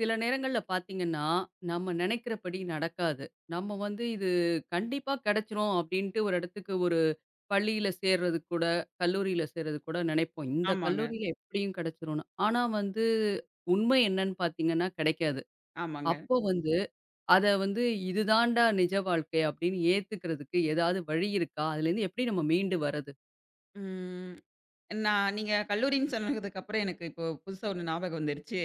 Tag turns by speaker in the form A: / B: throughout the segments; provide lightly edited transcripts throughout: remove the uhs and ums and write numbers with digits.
A: சில நேரங்கள்ல பார்த்தீங்கன்னா, நம்ம நெனைக்கிறபடி நடக்காது. நம்ம இது கண்டிப்பா கெடைச்சிரும் அப்டின்ட்டு ஒரு இடத்துக்கு ஒரு பள்ளியில சேர்றதுக்கு கூட, கல்லூரியில சேர்றதுக்கு கூட நெனைப்போம். இந்த
B: ஆமாங்க,
A: கல்லூரியில எப்டியும் கெடைச்சிரும்னு. ஆனா உண்மை என்னன்னு பார்த்தீங்கன்னா கெடைக்காது.
B: ஆமாங்க.
A: அப்போ வந்து அத வந்து இது தான்டா நிஜ வாழ்க்கை அப்டின்னு ஏத்துக்கிறதுக்கு ஏதாவது வழி இருக்கா? அதுலேருந்து எப்டி நம்ம மீண்டு வர்றது?
B: ம். நான், நீங்க கல்லூரின்னு சொன்னதுக்கப்புறம் எனக்கு இப்போ புதுசா ஒண்ணு ஞாபகம் வந்துருச்சு.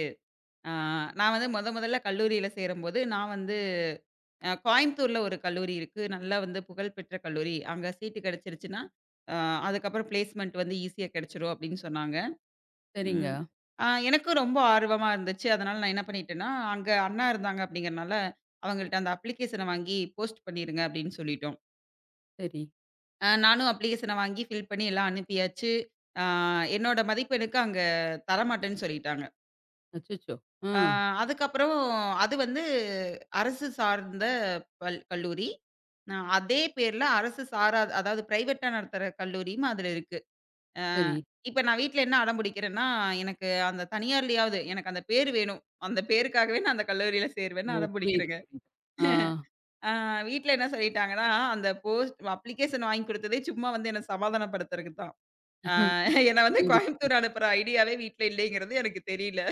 B: ஆ நான் வந்து மொதல்ல கல்லூரியில சேரும்போது, நான் வந்து கோயம்புத்தூர்ல ஒரு கல்லூரி இருக்கு. நல்லா வந்து புகழ்பெற்ற கல்லூரி. அங்க சீட்டு கிடைச்சிருச்சுன்னா, அ அதுக்கப்புறம் பிளேஸ்மெண்ட் வந்து ஈஸியா கிடைச்சிரும் அப்படின்னு சொன்னாங்க.
A: சரிங்க.
B: ம். எனக்கும் ரொம்ப ஆர்வமா இருந்துச்சு. அதனால நான் என்ன பண்ணிட்டேன்னா, அங்க அண்ணா இருந்தாங்க அப்படிங்கிறனால, அவங்கள்ட்ட அந்த அப்ளிகேஷன வாங்கி போஸ்ட் பண்ணிருங்க அப்படின்னு சொல்லிட்டோம்.
A: சரி.
B: நானும் அப்ளிகேஷன வாங்கி ஃபில் பண்ணி எல்லாம் அனுப்பியாச்சு. ஆ என்னோட மதிப்பெண்ணுக்கு அங்க தரமாட்டேன்னு சொல்லிட்டாங்க.
A: அச்சச்சோ! ஆ.
B: ஆ அதுக்கப்புறம் அது வந்து அரசு சார்ந்த கல்லூரி. அதே பேர்ல அரசு சாராத அதாவது பிரைவேட்டா நடத்துற கல்லூரியும் அதுல இருக்கு. அ
A: சரி.
B: இப்ப நான் வீட்ல என்ன அடம் பிடிக்கிறேன்னா, எனக்கு அந்த தனியார்லயாவது எனக்கு அந்த பேரு வேணும். அந்த பேருக்காகவே நான் அந்த கல்லூரியில சேருவேன்னு
A: ஓ,
B: அடம்
A: புரியுது,
B: பிடிக்கிறேங்க.
A: புரியுது. ஆ,
B: ஆ வீட்ல என்ன சொல்லிட்டாங்கன்னா, அந்த போஸ்ட் அப்ளிகேஷன் வாங்கி குடுத்ததே சும்மா வந்து என்ன சமாதானப்படுத்துறதுக்கு தான். ஆ என்ன வந்து
A: புரியுது,
B: கோயம்புத்தூர்
A: புரியுது.
B: அனுப்புற ஐடியாவே வீட்ல இல்லைங்கிறது எனக்கு தெரியல.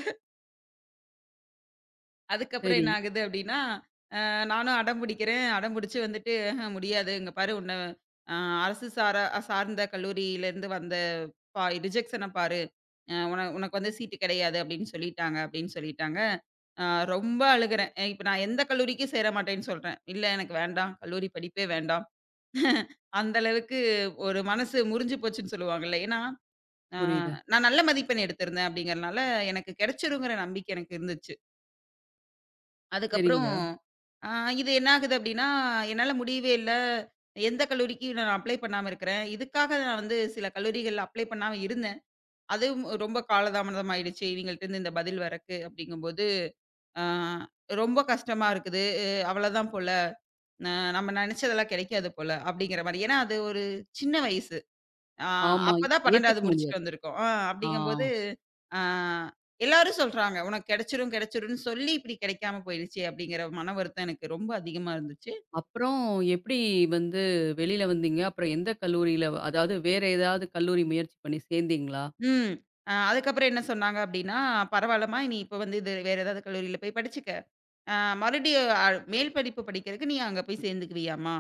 B: அதுக்கப்புறம்
A: சரி,
B: என்ன ஆகுது அப்டின்னா, நானும் அடம் பிடிக்கிறேன். அடம் பிடிச்சு வந்துட்டு, "ஆஹ முடியாது. இங்க பாரு உன்ன அ அரசு சார்ந்த கல்லூரியிலேருந்து வந்த ரிஜெக்ஷன பாரு. அ உன உனக்கு வந்து சீட்டு கிடையாது" அப்டின்னு சொல்லிட்டாங்க. அ ரொம்ப அழுகுறேன். இப்ப நான் எந்த கல்லூரிக்கும் சேர மாட்டேன்னு சொல்றேன். "இல்ல எனக்கு வேண்டாம். கல்லூரி படிப்பே வேண்டாம்." அந்த அளவுக்கு ஒரு மனசு முறிஞ்சு போச்சுன்னு சொல்லுவாங்கல்ல. ஏன்னா ஆ,
A: புரியுது.
B: நான் நல்ல மதிப்பெண் எடுத்திருந்தேன் அப்படிங்கிறனால, எனக்கு கிடைச்சிருங்கிற நம்பிக்கை எனக்கு இருந்துச்சு. அதுக்கப்புறம்
A: சரிங்க.
B: ஆ இது என்ன ஆகுது அப்படின்னா, என்னால முடியவே இல்ல. எந்த கல்லூரிக்கு நான் அப்ளை பண்ணாம இருக்கிறேன். இதுக்காக நான் வந்து சில கல்லூரிகள்ல அப்ளை பண்ணாம இருந்தேன். அதுவும் ரொம்ப காலதாமதம் ஆயிடுச்சு. இவங்கள்ட்டருந்து இந்த பதில் வரக்கு அப்படிங்கும்போது, ஆ ரொம்ப கஷ்டமா இருக்குது. அவ்வளதான் போல. ந நம்ம நெனைச்சதெல்லாம் கிடைக்காது போல அப்படிங்கிற மாரி. ஏன்னா, அது ஒரு சின்ன வயசு. ஆ
A: ஆமா.
B: அப்பதான்
A: ஏத்துக்க
B: 12வது முடிச்சுட்டு
A: முடியாது.
B: வந்திருக்கோம்.
A: ஆ.
B: அப்படிங்கும்போது, ஆ எல்லாரும் சொல்றாங்க, "உனக்கு கிடைச்சிரும், கிடைச்சிரும்ன்னு சொல்லி இப்படி கிடைக்காம போயிடுச்சே!" அப்படிங்கிற மன வருத்தம் எனக்கு ரொம்ப அதிகமா இருந்துச்சு.
A: அப்புறம் எப்படி வந்து வெளியில வந்தீங்க? அப்புறம் எந்த கல்லூரியில அதாவது வேற ஏதாவது கல்லூரி முயற்சி பண்ணி சேர்ந்தீங்களா?
B: ம். அதுக்கப்புறம் என்ன சொன்னாங்க அப்படின்னா, "பரவால்லம்மா, நீ இப்ப வந்து இது வேற ஏதாவது கல்லூரியில போய் படிச்சுக்க. ஆ மறுபடியும் மேல் படிப்பு படிக்கிறதுக்கு நீ அங்க போய் சேர்ந்துக்குவியாம்மா?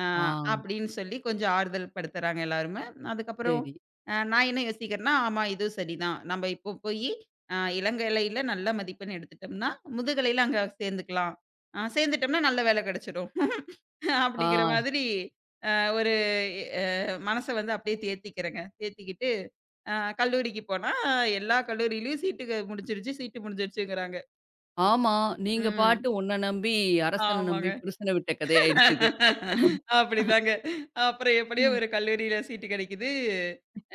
B: ஆ
A: ஆ,
B: அப்படின்னு சொல்லி கொஞ்சம் ஆறுதல் படுத்துறாங்க எல்லாருமே. அதுக்கப்புறம்
A: சரி.
B: நான் என்ன யோசிக்கிறேன்னா, ஆமா இதுவும் சரிதான். நம்ம இப்போ போயி இளங்கலையில நல்ல மதிப்பெண் எடுத்துட்டோம்னா, முதுகலையில அங்க சேர்ந்துக்கலாம். சேர்ந்துட்டோம்னா நல்ல வேலை கிடைச்சிடும். அப்படிங்கிற
A: ஆ,
B: மாதிரி அ ஒரு அ மனச வந்து அப்படியே தேத்திக்கிறேங்க. தேத்திக்கிட்டு அ கல்லூரிக்கு போனா, எல்லா கல்லூரியிலயும் சீட்டு முடிஞ்சிருச்சுங்கிறாங்க.
A: ஆமா. நீங்க
B: ம்.
A: பாட்டு உன்ன நம்பி, அரசன நம்பி
B: ஆமாங்க.
A: புருஷன விட்ட கதையாயிடுச்சு இது.
B: அப்படிதாங்க. அப்புறம் எப்படியோ
A: ம்.
B: ஒரு கல்லூரியில சீட்டு கிடைக்குது.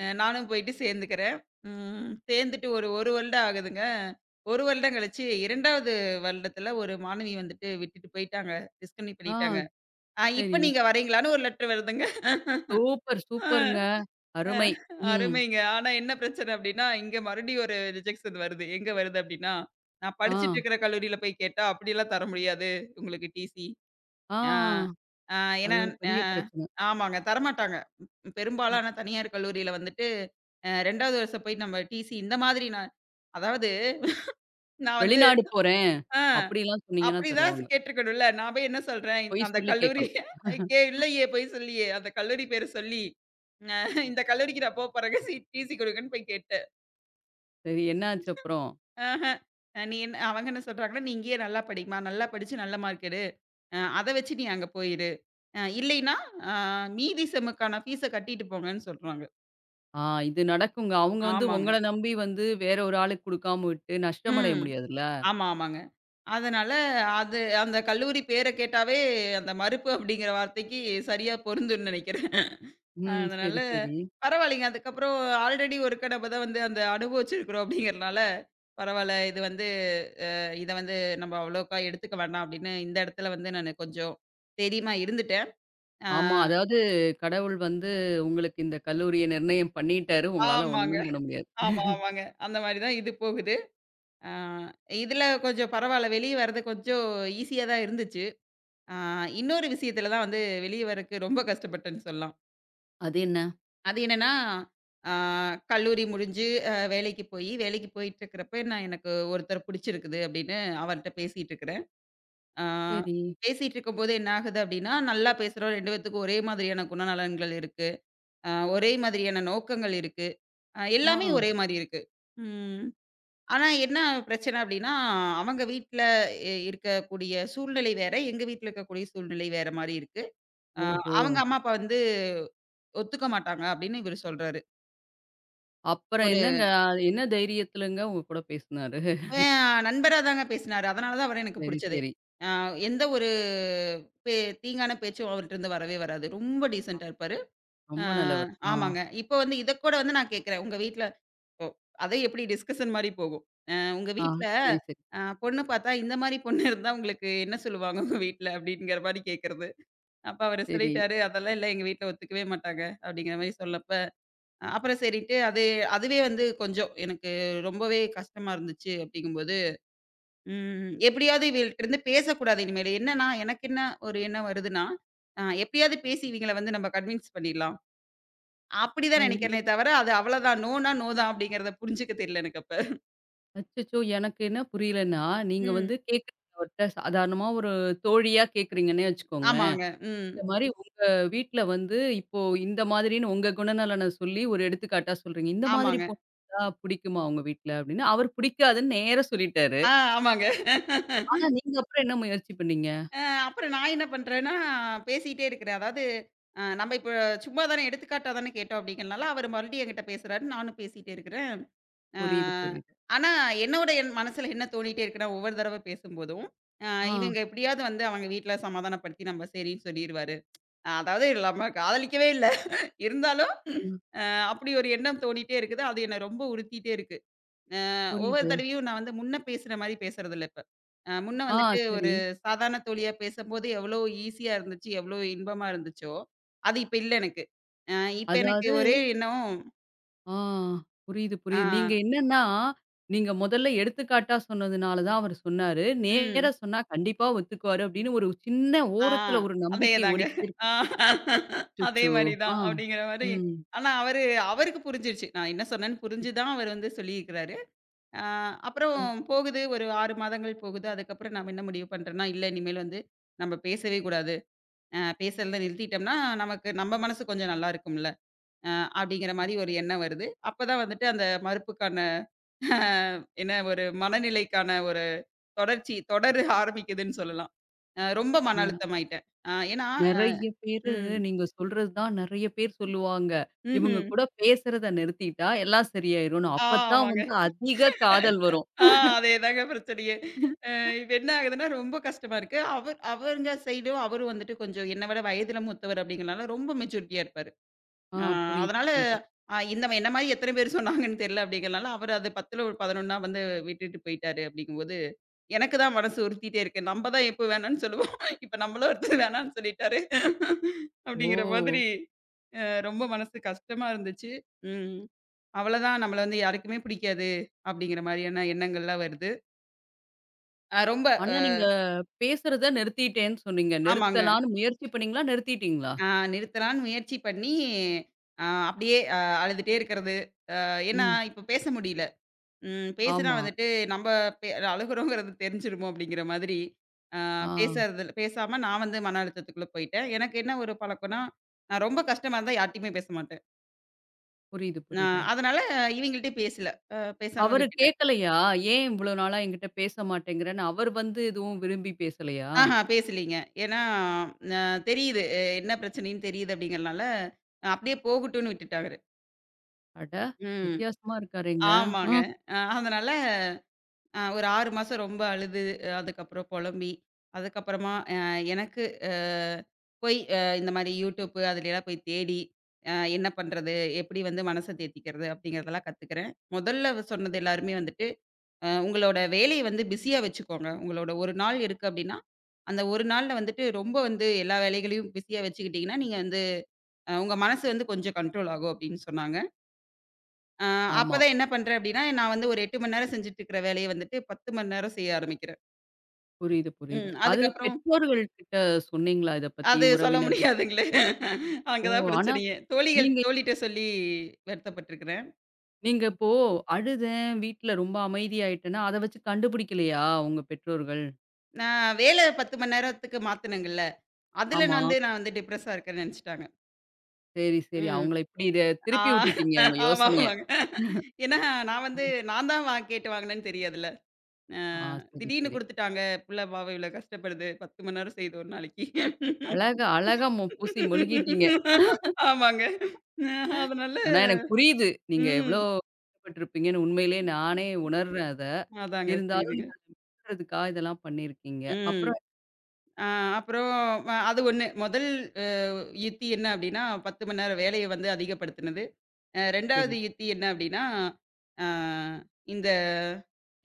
B: நானும் போயிட்டு சேர்ந்துக்கிறேன். ம். சேர்ந்துட்டு ஒரு 1 வருடம் ஆகுதுங்க. 1 வருடம் கழிச்சு 2வது வருடத்துல ஒரு மாணவி வந்துட்டு விட்டுட்டு போயிட்டாங்க. டிஸ்கன்டின்யூ
A: ஆ,
B: பண்ணிட்டாங்க. இப்ப
A: சரி.
B: நீங்க வரீங்களான்னு?" ஒரு லெட்டர் வருதுங்க.
A: சூப்பர்,
B: அ
A: சூப்பருங்க.
B: அ
A: அருமை. ம்.
B: அருமைங்க. ஆனா என்ன பிரச்சனை அப்படின்னா, இங்க மறுபடியும் ஒரு ரிஜெக்ஷன் வருது. எங்க வருது அப்படின்னா, நான்
A: ஆ.
B: படிச்சுட்டு இருக்கிற கல்லூரியில போய் கேட்டா, அப்படிலாம் தர முடியாது உங்களுக்கு டிசி.
A: ஆ.
B: ஆ, ஆ
A: அது
B: ஏன்னா
A: ஒரு
B: அ
A: பெரிய பிரச்சனை.
B: ஆமாங்க. தரமாட்டாங்க. ம்.
A: ம்.
B: பெரும்பாலான தனியார் கல்லூரியில வந்துட்டு, 2வது வருஷம் போய் நம்ம டிசி இந்த மாதிரி நான் அதாவது நான் வந்து
A: வெளிநாடு போறேன்.
B: ஆ
A: அப்படிலாம் சொன்னீங்கன்னா
B: அப்படிதான்
A: தருவாங்க.
B: கேட்டுருக்கணும்ல. நான் போய் என்ன சொல்றேன்,
A: பொய்
B: அந்த
A: சொல்லி
B: கல்லூரி
A: கேட்கணும்.
B: இல்லையே பொய் சொல்லியே. அந்த கல்லூரி பேர சொல்லி, அ இந்த கல்லூரிக்கு நான் போறேங்க டிசி குடுங்கன்னு போய் கேட்டேன்.
A: சரி, என்ன ஆச்சு அப்புறம்?
B: ஆஹ. நீ என்ன அவங்க என்ன சொல்றாங்கன்னா, "நீ இங்கேயே நல்லா படிம்மா. நல்லா படிச்சு நல்ல மார்க் எடு. அத வச்சு நீ அங்க போயிரு." இல்லைன்னா, அ மீதி செம்முக்கான ஃபீஸ கட்டிட்டு போங்கன்னு சொல்றாங்க.
A: ஆ, இது நடக்குங்க. அவங்க
B: ஆமாங்க.
A: உங்கள நம்பி வேற ஒரு ஆளுக்கு குடுக்காம விட்டு நஷ்டமடைய
B: ம்.
A: முடியாதுல்ல?
B: ஆமா, ஆமாங்க. அதனால அது அந்த கல்லூரி பேர கேட்டாவே அந்த மறுப்பு அப்படிங்கிற வார்த்தைக்கு சரியா பொருந்தும்ன்னு நெனைக்கிறேன்.
A: ம்.
B: அதனால
A: சரி, சரி.
B: பரவாயில்லைங்க. அதுக்கப்புறம் ஆல்ரெடி ஒருக்கா நம்ம தான் வந்து அந்த அனுபவிச்சிருக்கிறோம் அப்படிங்கிறனால, பரவால்ல இது வந்து அ இத வந்து நம்ம அவ்வளோக்கா எடுத்துக்க வேண்டாம் அப்படின்னு இந்த இடத்துல வந்து நானு கொஞ்சம் தைரியமா இருந்துட்டேன். அ
A: ஆமா. அதாவது கடவுள் உங்களுக்கு இந்த கல்லூரிய நிர்ணயம் பண்ணிட்டாரு. உங்களால
B: ஆமாங்க.
A: ஒண்ணும் பண்ண முடியாது.
B: ஆமா, ஆமாங்க. அந்த மாரி தான் இது போகுது. ஆ, இதுல கொஞ்சம் பரவால்ல. வெளிய வர்றது கொஞ்சம் ஈஸியா தான் இருந்துச்சு. ஆ இன்னொரு விஷயத்துல தான் வந்து வெளிய வரக்கு ரொம்ப கஷ்டப்பட்டேன்னு சொல்லலாம்.
A: அது என்ன?
B: அது என்னன்னா, ஆ கல்லூரி முடிஞ்சு வேலைக்கு போயிட்டுருக்கிறப்ப நான் எனக்கு ஒருத்தர் புடிச்சிருக்குது அப்படின்னு அவர்ட்ட பேசிட்டு இருக்கிறேன். ஆ
A: சரி.
B: பேசிட்டு இருக்கும்போது என்ன ஆகுது அப்படின்னா, நல்லா பேசுறோம். 2 பேத்துக்கும் ஒரே மாதிரியான குணநலன்கள் இருக்கு. அ ஒரே மாதிரியான நோக்கங்கள் இருக்கு.
A: ஆ.
B: எல்லாமே ஒரே மாரி இருக்கு. ம். ஆனா என்ன பிரச்சனை அப்டின்னா, அவங்க வீட்ல இருக்கக்கூடிய சூழ்நிலை வேற, எங்க வீட்ல இருக்கக்கூடிய சூழ்நிலை வேற மாரி இருக்கு. அ
A: ஓஹோ!
B: அவங்க அம்மா, அப்பா வந்து ஒத்துக்க மாட்டாங்க அப்டின்னு இவரு சொல்றாரு.
A: அப்புறம்
B: ஒரு
A: என்னங்க? என்ன தைரியத்துலங்க உங்க கூட பேசுனாரு?
B: அ நண்பரா தாங்க பேசினாரு. அதனால தான் அவர எனக்கு
A: சரி,
B: புடிச்சதே.
A: சரி.
B: அ எந்த ஒரு பே தீங்கான பேச்சும் அவர்ட்டருந்து வரவே வராது. ரொம்ப டீசென்ட்டா இருப்பாரு. அ
A: ரொம்ப நல்லவர். ஆ,
B: ஆமாங்க. இப்ப வந்து இத கூட வந்து நான் கேட்கிறேன். உங்க வீட்ல அதே எப்படி டிஸ்கஷன் மாரி போகும். உங்க
A: ஆ.
B: வீட்ல
A: சரி, சரி,
B: பொண்ணு பாத்தா, இந்த மாரி பொண்ணு இருந்தா உங்களுக்கு என்ன சொல்லுவாங்க உங்க வீட்ல? அப்படிங்கிற மாரி கேட்கறது. அப்ப அவரு
A: சரி.
B: சொல்லிட்டாரு, "அதெல்லாம் இல்ல எங்க வீட்ல ஒத்துக்கவே மாட்டாங்க." அப்படிங்கிற மாரி சொல்லப்ப, அப்புறம் சரின்ட்டு அதுவே வந்து கொஞ்சம் எனக்கு ரொம்பவே கஷ்டமா இருந்துச்சு அப்படிங்கும்போது, ம். எப்படியாவது இவங்கள்ட்டருந்து பேசக்கூடாது இனிமேலு. என்னன்னா, எனக்கு என்ன ஒரு எண்ணம் வருதுன்னா, எப்படியாவது பேசி இவிங்கள வந்து நம்ம கன்வின்ஸ் பண்ணிடலாம்.
A: ஆ
B: அப்படிதான்
A: இல்
B: நெனைக்கிறேனே தவிர, அது அவ்வளதான். நோ தான் அப்படிங்கிறத புரிஞ்சுக்க தெரியல எனக்கு
A: அச்சச்சோ! எனக்கு என்ன புரியலன்னா,
B: அப்ப.
A: நீங்க கேட்குறது அவர்ட்ட சாதாரணமா ஒரு தோழியா கேட்குறீங்கன்னே வச்சுக்கோங்களேன்.
B: ஆமாங்க. ம்.
A: இந்த மாரி வீட்ல இப்போ இந்த மாதிரின்னு உங்க குணநலன சொல்லி ஒரு எடுத்துக்காட்டா சொல்றீங்க. இந்த மாதிரி
B: ஆமாங்க.
A: போட்டா பிடிக்குமா உங்க வீட்ல? அப்படின்னு அவரு பிடிக்காதுன்னு நேரா சொல்லிட்டாரு.
B: ஆ ஆமாங்க.
A: ஆனா நீங்க அப்புறம் என்ன முயற்சி பண்ணீங்க?
B: அ அப்புறம் நான் என்ன பண்றேன்னா, பேசிட்டே இருக்கிறேன். அதாவது நம்ம இப்ப சும்மா தானே எடுத்துக்காட்டா தானே கேட்டோம் அப்படிங்கிறனால, அவரு மறுபடியும் என்கிட்ட பேசுறாரு. நானும் பேசிட்டே இருக்கிறேன். அ
A: புரியுது, புரியுது.
B: ஆனா என் மனசுல என்ன தோணிட்டே இருக்குன்னா, ஒவ்வொரு தடவ பேசும்போதும், அ
A: ஆ,
B: இவங்க எப்படியாவது வந்து அவங்க வீட்ல சமாதானப்படுத்தி நம்ம சரின்னு சொல்லிருவாரு. அதாவது நம்ம காதலிக்கவே இல்ல. இருந்தாலும்
A: ம்.
B: அ அப்படி ஒரு எண்ணம் தோணிட்டே இருக்குது. அது என்ன ரொம்ப உறுத்திட்டே இருக்கு. அ ஒவ்வொரு
A: புரியுது.
B: தடவையும் நான் வந்து முன்ன பேசுற மாரி பேசுறதில்ல இப்ப. முன்ன
A: ஆ,
B: வந்துட்டு ஒரு
A: சரி.
B: சாதாரண தோழியா பேசம்போது எவ்வளோ ஈஸியா இருந்துச்சு, எவ்வளோ இன்பமா இருந்துச்சோ, அது இப்ப இல்ல எனக்கு. அ இப்ப எனக்கு
A: அதாவது
B: ஒரே எண்ணம்.
A: ஆ, புரியுது,
B: ஆ,
A: புரியுது. நீங்க என்னன்னா, நீங்க முதல்ல எடுத்துக்காட்டா சொன்னதுனால தான் அவரு சொன்னாரு.
B: ம்,
A: நேரா சொன்னா கண்டிப்பா ஒத்துக்குவாரு அப்படின்னு ஒரு சின்ன
B: ஆ
A: ஓரத்துல ஒரு நம்பிக்கை
B: அதேதாங்க.
A: ஓடிக்கிட்டே இருக்கு.
B: ஆ அதே
A: அச்சச்சோ!
B: மாரி
A: ஆ.
B: தான் அப்படிங்கிற மாரி.
A: ம்.
B: ஆனா அவருக்கு புரிஞ்சிருச்சு. நான் என்ன சொன்னேன்னு புரிஞ்சு தான் அவர் வந்து சொல்லியிருக்கிறாரு. அ அப்புறம்
A: ம்.
B: போகுது ஒரு 6 மாதங்கள் போகுது. அதுக்கப்புறம் நாம என்ன முடிவு பண்றேன்னா, இல்ல இனிமேல் வந்து நம்ம பேசவே கூடாது. பேசுறத நிறுத்திட்டோம்னா, நமக்கு நம்ம மனசு கொஞ்சம் நல்லா இருக்கும்ல. அ அப்படிங்கிற மாரி ஒரு எண்ணம் வருது. அப்பதான் வந்துட்டு அந்த மறுப்புக்கான என்ன ஒரு மனநிலைக்கான ஒரு தொடர் ஆரம்பிக்குதுன்னு சொல்லலாம். ரொம்ப மன அழுத்தமாயிட்டேன். அ ஏன்னா அ
A: நெறைய பேரு
B: ம்.
A: நீங்க சொல்றது தான் நெறைய பேர் சொல்லுவாங்க. இவங்க
B: ம்ஹ்ம்.
A: கூட பேசுறத நிறுத்திட்டா எல்லாம் சரியாயிரும்னு.
B: ஆ
A: அப்பத்தான்
B: ஆமாங்க.
A: அதிக காதல் வரும்.
B: ஆ அதேதாங்க பிரச்சனையே. அ இப்ப என்ன ஆகுதுன்னா, ரொம்ப கஷ்டமா இருக்கு. அவருங்க சைடும் அவரும் வந்துட்டு கொஞ்சம் என்ன விட வயதில மூத்தவர் அப்படிங்கிறனால ரொம்ப மெச்சூரிட்டியா இருப்பாரு.
A: ஆ,
B: ஆ
A: புரியுது,
B: அதனால
A: புரியுது.
B: என்ன மாரி எத்தன பேர் சொன்னாங்கன்னு தெரியல அப்படிங்கிறனால, அவரு அது 10ல ஒரு 11னா வந்து விட்டுட்டு போயிட்டாரு அப்படிங்கும்போது, எனக்கு தான் மனசு உறுத்திட்டே இருக்கு. நம்ம தான் எப்போ வேணாம்னு சொல்லுவோம். இப்ப நம்மளும் ஒருத்தர் வேணாம்னு சொல்லிட்டாரு. அப்படிங்கிற
A: ஓ!
B: மாதிரி அ ரொம்ப மனசு கஷ்டமா இருந்துச்சு. ம். அவ்வளதான் நம்மள வந்து யாருக்குமே பிடிக்காது அப்படிங்கிற மாரியான எண்ணங்கள்லாம் வருது. அ ரொம்ப
A: ஆனா
B: அ
A: நீங்க பேசுறத நிறுத்திட்டேன்னு சொன்னீங்க.
B: ஆமாங்க.
A: நிறுத்தலான்னு முயற்சி பண்ணீங்களா? நிறுத்திட்டீங்களா?
B: அ நிறுத்தலான்னு முயற்சி பண்ணி, அப்படியே அழுதுட்டே இருக்கிறது. ஏன்னா
A: ம்.
B: இப்ப பேச முடியல. ம். பேசுனா
A: ஆமா.
B: வந்துட்டு நம்ப அழுகுறோங்கிறது தெரிஞ்சுருமோ அப்படிங்கிற மாதிரி,
A: ஆ,
B: பேசுறதில பேசாம நான் வந்து மன அழுத்தத்துக்குள்ள போயிட்டேன். எனக்கு என்ன ஒரு பழக்கம்னா, நான் ரொம்ப கஷ்டமா இருந்தா யார்ட்டயுமே பேச மாட்டேன்.
A: புரியுது,
B: அ
A: புரியுது.
B: அதனால இவங்கள்ட்டயும் பேசல. அ பேசாம
A: அவரு
B: விட்டுட்டேன்.
A: கேட்கலையா? ஏன் இவ்ளோ நாளா என்கிட்ட பேச மாட்டேங்கிறன்னு அவர் எதுவும் விரும்பி பேசலையா?
B: ஆஹா பேசலீங்க. ஏன்னா அ தெரியுது, என்ன பிரச்சனைன்னு தெரியுது அப்படிங்கிறனால, அப்படியே போகட்டும்ன்னு விட்டுட்டேன் அவரு.
A: அட!
B: ம்.
A: வித்தியாசமா இருக்காரேங்க.
B: ஆமாங்க.
A: ம்.
B: அதனால ஒரு 6 மாசம் ரொம்ப அழுது, அதுக்கப்புறம் புலம்பி, அதுக்கப்புறமா எனக்கு அ போய் இந்த மாரி யூடியூப் அதுலலாம் போய் தேடி, என்ன பண்றது? எப்படி வந்து மனச தேத்திக்கிறது? அப்படிங்கிறதெல்லாம் கத்துக்கிறேன். முதல்ல சொன்னது எல்லாருமே வந்துட்டு, உங்களோட வேலைய வந்து பிஸியா வச்சுக்கோங்க. உங்களோட 1 நாள் இருக்கு அப்படின்னா, அந்த 1 நாள்ல வந்துட்டு ரொம்ப வந்து எல்லா வேலைகளையும் பிஸியா வச்சுக்கிட்டீங்கன்னா, நீங்க வந்து உங்க மனசு வந்து கொஞ்சம் கண்ட்ரோல் ஆகும் அப்படின்னு சொன்னாங்க. அ
A: ஆமா.
B: அப்பதான் என்ன பண்றேன் அப்படின்னா, நான் வந்து ஒரு 8 மணி நேரம் செஞ்சுட்டு இருக்கிற வேலைய வந்துட்டு 10 மணி நேரம் செய்ய ஆரம்பிக்கிறேன்.
A: புரியுது, புரியுது.
B: ம்.
A: அது
B: அதுக்கப்புறம்
A: பெற்றோர்கள் கிட்ட சொன்னீங்களா இத பத்தி?
B: அது சொல்ல
A: உறவினர்கள்
B: முடியாதுங்களே. அங்க
A: ஓ!
B: தான்
A: ஆனா
B: பிரச்சனையே. தோழிகள்
A: நீங்க
B: தோழிட்ட சொல்லி வருத்தப்பட்டுருக்கிறேன்.
A: நீங்க இப்போ அழுதேன், வீட்ல ரொம்ப அமைதியாயிட்டேன்னா, அத வச்சு கண்டுபிடிக்கலையா உங்க பெற்றோர்கள்?
B: நான் வேல 10 மணி நேரத்துக்கு மாத்துனேங்கல்ல, அதுல
A: ஆமா.
B: நான் வந்து டிப்ரஸா இருக்கேன்னு நெனச்சுட்டாங்க.
A: சரி, சரி.
B: ம்.
A: அவங்கள இப்படி இத
B: ஆ
A: திருப்பி விட்டுட்டீங்க உங்க
B: ஆமா,
A: யோசனைய.
B: ஆமாங்க. ஏன்னா நான் வந்து
A: ம்.
B: நான் தான் வா கேட்டு வாங்குனேன்னு தெரியாதுல்ல. அ
A: ஆ, சரி,
B: திடீர்னு
A: சரி.
B: குடுத்துட்டாங்க. புள்ள பாவம் இவ்வளோ கஷ்டப்படுது. 10 மணி நேரம் செய்யுது ஒரு நாளைக்கு.
A: அழகா அழகா மு பூசி முழுகிட்டீங்க.
B: ஆமாங்க. அதனால.
A: ஆனா எனக்கு புரியுது. நீங்க எவ்வளோ
B: ம்.
A: கஷ்டப்பட்டுருப்பீங்கன்னு உண்மையிலேயே நானே உணர்றேன் அத.
B: அதாங்க
A: இருந்தாலும்
B: புரியுதுங்க.
A: நல்லதுக்கா இதெல்லாம் பண்ணியிருக்கீங்க.
B: ம்.
A: அப்புறம்
B: ஆ அப்புறம் அது ஒண்ணு. முதல் அ யுத்தி என்ன அப்டின்னா, 10 மணி நேரம் வேலைய வந்து அதிகப்படுத்துனது.
A: சரி.
B: 2வது யுத்தி என்ன அப்டின்னா, ஆ இந்த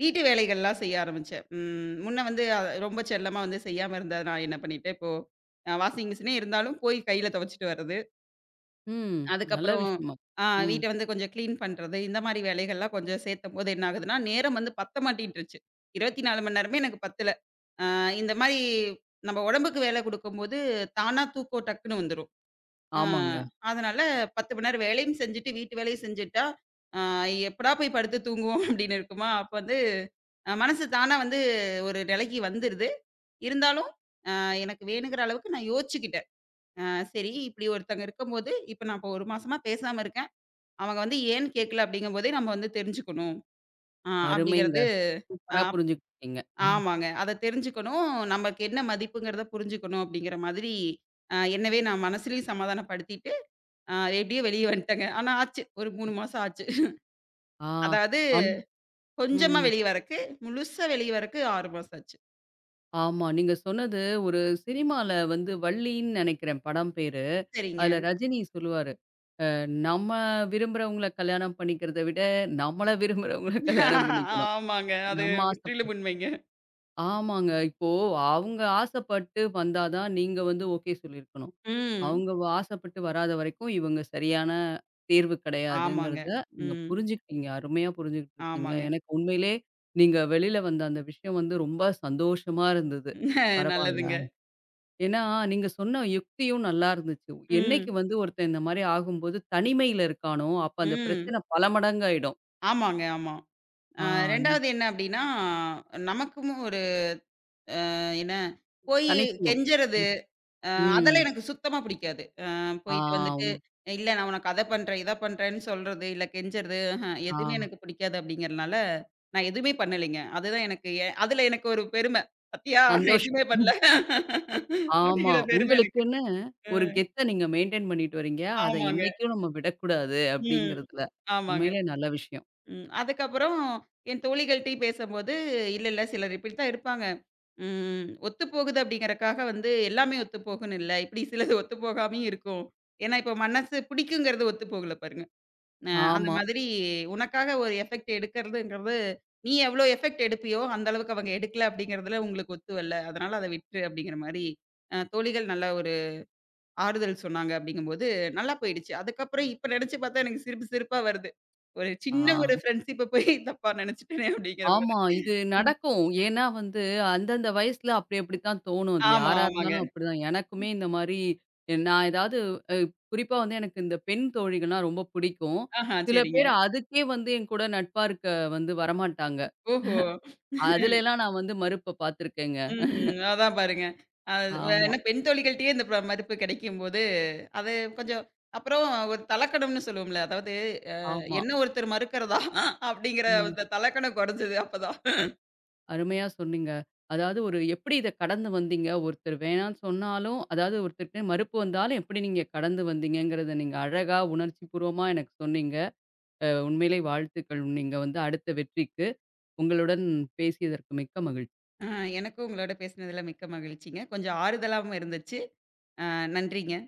B: வீட்டு வேலைகள்லாம் செய்ய ஆரம்பிச்சேன். ம். முன்ன வந்து ரொம்ப செல்லமா வந்து செய்யாம இருந்தத நான் என்ன பண்ணிட்டேன், இப்போ வாஷிங் மிஷினே இருந்தாலும் போய் கையில துவைச்சுட்டு வர்றது.
A: ம். நல்ல
B: அதுக்கப்புறம்
A: விஷயமா ம்.
B: வீட்ட வந்து கொஞ்சம் கிளீன் பண்றது. இந்த மாரி வேலைகள்லாம் கொஞ்சம் சேர்த்தம்போது என்ன ஆகுதுன்னா, நேரம் வந்து பத்த மாட்டேன்ருச்சு. 24 மணி நேரமே எனக்கு பத்தல. இந்த மாரி நம்ம உடம்புக்கு வேலை குடுக்கும்போது, தானா தூக்கம் டக்குன்னு வந்துரும். அ
A: ஆமாங்க.
B: அதனால 10 மணி நேரம் வேலையும் செஞ்சுட்டு, வீட்டு வேலையும் செஞ்சுட்டா, அ எப்படா போய் படுத்து தூங்குவோம் அப்படின்னு இருக்குமா, அப்ப வந்து மனசு தானா வந்து ஒரு நிலைக்கு வந்துருது. இருந்தாலும் அ எனக்கு வேணுங்கிற அளவுக்கு நான் யோசிச்சுக்கிட்டேன். அ சரி இப்படி ஒருத்தங்க இருக்கும்போது, இப்ப நான் 1 மாசமா பேசாம இருக்கேன். அவங்க வந்து ஏன்னு கேட்கல அப்படிங்கும்போதே நம்ம வந்து தெரிஞ்சுக்கணும். அ
A: அருமைங்க.
B: அப்படிங்கிறது அ
A: சூப்பரா புரிஞ்சுக்கிட்டீங்க.
B: ஆமாங்க. அத தெரிஞ்சுக்கணும். நமக்கு என்ன மதிப்புங்கிறத புரிஞ்சுக்கணும் அப்படிங்கிற மாதிரி, என்னவே நான் மனசுலயும் சமாதானப்படுத்திட்டு, அ எப்படியோ வெளிய வந்துட்டேங்க. ஆனா ஆச்சு. ஒரு 3 மாசம் ஆச்சு.
A: ஆ,
B: அதாவது
A: ஆனா
B: கொஞ்சமா
A: ம்.
B: வெளிய வரக்கு, முழுசா வெளிய வரக்கு 6 மாசம் ஆச்சு.
A: ஆமா. நீங்க சொன்னது ஒரு சினிமால வள்ளின்னு நெனைக்கிறேன் படம் பேரு.
B: சரிங்க.
A: அதுல ரஜினி சொல்லுவாரு, "அ நம்ம விரும்புறவங்கள கல்யாணம் பண்ணிக்கிறத விட, நம்மள விரும்புறவங்கள கல்யாணம் பண்ணிக்கணும்.
B: ஆமாங்க. அது
A: நம்ம ஆசை".
B: முற்றிலும் உண்மைங்க.
A: ஆமாங்க. இப்போ அவங்க ஆசைப்பட்டு வந்தா தான் நீங்க ஓகே சொல்லியிருக்கணும்.
B: ம்.
A: அவங்க வ ஆசைப்பட்டு வராத வரைக்கும் இவங்க சரியான தேர்வு
B: ஆமாங்க.
A: கிடையாதுங்கிறத நீங்க
B: ம்.
A: புரிஞ்சுக்கிட்டீங்க. அருமையா புரிஞ்சுகிட்டு இருக்கீங்க.
B: ஆமாங்க.
A: எனக்கு உண்மையிலே நீங்க வெளியில வந்த அந்த விஷயம் ரொம்ப சந்தோஷமா இருந்தது. பரவால்ல.
B: நல்லதுங்க.
A: ஏன்னா, நீங்க சொன்ன யுக்தியும் நல்லா இருந்துச்சு. என்னைக்கு
B: ம்.
A: ஒருத்தன் இந்த மாரி ஆகும்போது தனிமையில இருக்கானோ, அப்ப அந்த
B: ம்.
A: பிரச்சனை பல மடங்காயிடும்.
B: ஆமாங்க, ஆமா. அ
A: ஆ, நீ
B: 2வது என்ன அப்படின்னா, நமக்கும் என்ன, போயி
A: தனித்துவம்.
B: கெஞ்சறது,
A: ம்.
B: அ
A: ம்.
B: அதெல்லாம் எனக்கு சுத்தமா பிடிக்காது.
A: ஆ.
B: போயிட்டு வந்துட்டு,
A: உங்க
B: "இல்ல நான் உனக்கு அத பண்றேன், இத பண்றேன்னு" சொல்றது, இல்ல கெஞ்சறது,
A: ஆ,
B: எதுவுமே எனக்கு பிடிக்காது அப்படிங்கிறனால, நான் எதுவுமே பண்ணலைங்க. அதுதான் எனக்கு அதுல எனக்கு ஒரு பெருமை. "பாத்தியா நான்
A: சந்தோஷம்.
B: எதுவுமே பண்ணல"
A: ஆமா.
B: அப்படிங்கிற பெருமை எனக்கு.
A: உங்களுக்குன்னு
B: அ
A: ஒரு கெத்த நீங்க மெயின்டெயின் பண்ணிட்டு வரீங்க. அத
B: ஆமாங்க.
A: என்னைக்கும் நம்ம விடக்கூடாது
B: ம்.
A: அப்படிங்கிறதுல.
B: ஆமாங்க.
A: உண்மையிலே நல்ல விஷயம்.
B: ம். அதுக்கப்புறம் என் தோழிகள்ட்டயும் பேசம்போது, "இல்ல, இல்ல சிலர் இப்படித்தான் இருப்பாங்க. ம். ஒத்துப்போகுது அப்படிங்கறக்காக வந்து எல்லாமே ஒத்துப்போகும்ன்னு இல்ல. இப்படி சிலது ஒத்துப்போகாமயும் இருக்கும். ஏன்னா, இப்போ மனசு பிடிக்குங்கிறது ஒத்து போகல பாருங்க. அ அந்த
A: ஆமா.
B: மாதிரி உனக்காக ஒரு எஃபெக்ட் எடுக்கிறதுங்கிறது, நீ எவ்வளோ எஃபெக்ட் எடுப்பியோ, அந்த அளவுக்கு அவங்க எடுக்கல அப்படிங்கிறதுல உங்களுக்கு ஒத்து வரல. அதனால அத விட்டுரு அப்படிங்கிற மாரி, தோழிகள் நல்ல ஒரு ஆறுதல் சொன்னாங்க அப்படிங்கும்போது, நல்லா போயிடுச்சு. அதுக்கப்புறம் இப்ப நெனச்சு பார்த்தா எனக்கு சிரிப்பு சிரிப்பா வருது. ஒரு சின்ன ஒரு
A: ஆ.
B: ஃப்ரெண்ட்ஷிப்ப போய் தப்பா நெனச்சுட்டனே அப்படிங்கிற மாதிரி.
A: ஆமா, இது
B: ம்.
A: நடக்கும். ஏன்னா அந்தந்த வயசுல அப்படி அப்படித்தான் தோணும். அது
B: ஆமா,
A: யாரா
B: ஆமாங்க.
A: இருந்தாலும் அப்படிதான். எனக்குமே இந்த மாரி நான் ஏதாவது குறிப்பா எனக்கு இந்த பெண் தோழிகள்னா ரொம்ப பிடிக்கும்.
B: ஆஹா,
A: சில
B: சரிங்க.
A: பேர் அதுக்கே என் கூட நட்பா இருக்க வரமாட்டாங்க.
B: ஓஹோ!
A: அதுலலாம் நான் மறுப்ப பார்த்துருக்கேங்க.
B: ம்ஹ்ம். அதான் பாருங்க. அது
A: ஆமா,
B: ஏன்னா பெண் தோழிகள்ட்டயே இந்த மதிப்பு கிடைக்கும்போது, அது கொஞ்சம் அப்புறம் ஒரு தலக்கணம்னு சொல்லுவோம்ல. அதாவது அ
A: ஆமா.
B: என்ன ஒருத்தர் மறுக்கிறதா? அப்படிங்கிற
A: ம்.
B: அந்த தலக்கணம் குறைஞ்சது அப்பதான்.
A: அருமையா சொன்னீங்க. அதாவது ஒரு எப்படி இத கடந்து வந்தீங்க? ஒருத்தர் வேணான்னு சொன்னாலும், அதாவது ஒருத்தர்ட்ட மறுப்பு வந்தாலும் எப்படி நீங்க கடந்து வந்தீங்கங்கிறத நீங்க அழகா உணர்ச்சிபூர்வமா எனக்கு சொன்னீங்க. அ உண்மையிலே வாழ்த்துக்கள். நீங்க அடுத்த வெற்றிக்கு. உங்களுடன் பேசியதற்கு மிக்க மகிழ்ச்சி.
B: அ எனக்கும் உங்களோட பேசினதுல மிக்க மகிழ்ச்சிங்க. கொஞ்சம் ஆறுதலாவும் இருந்துச்சு. அ நன்றிங்க.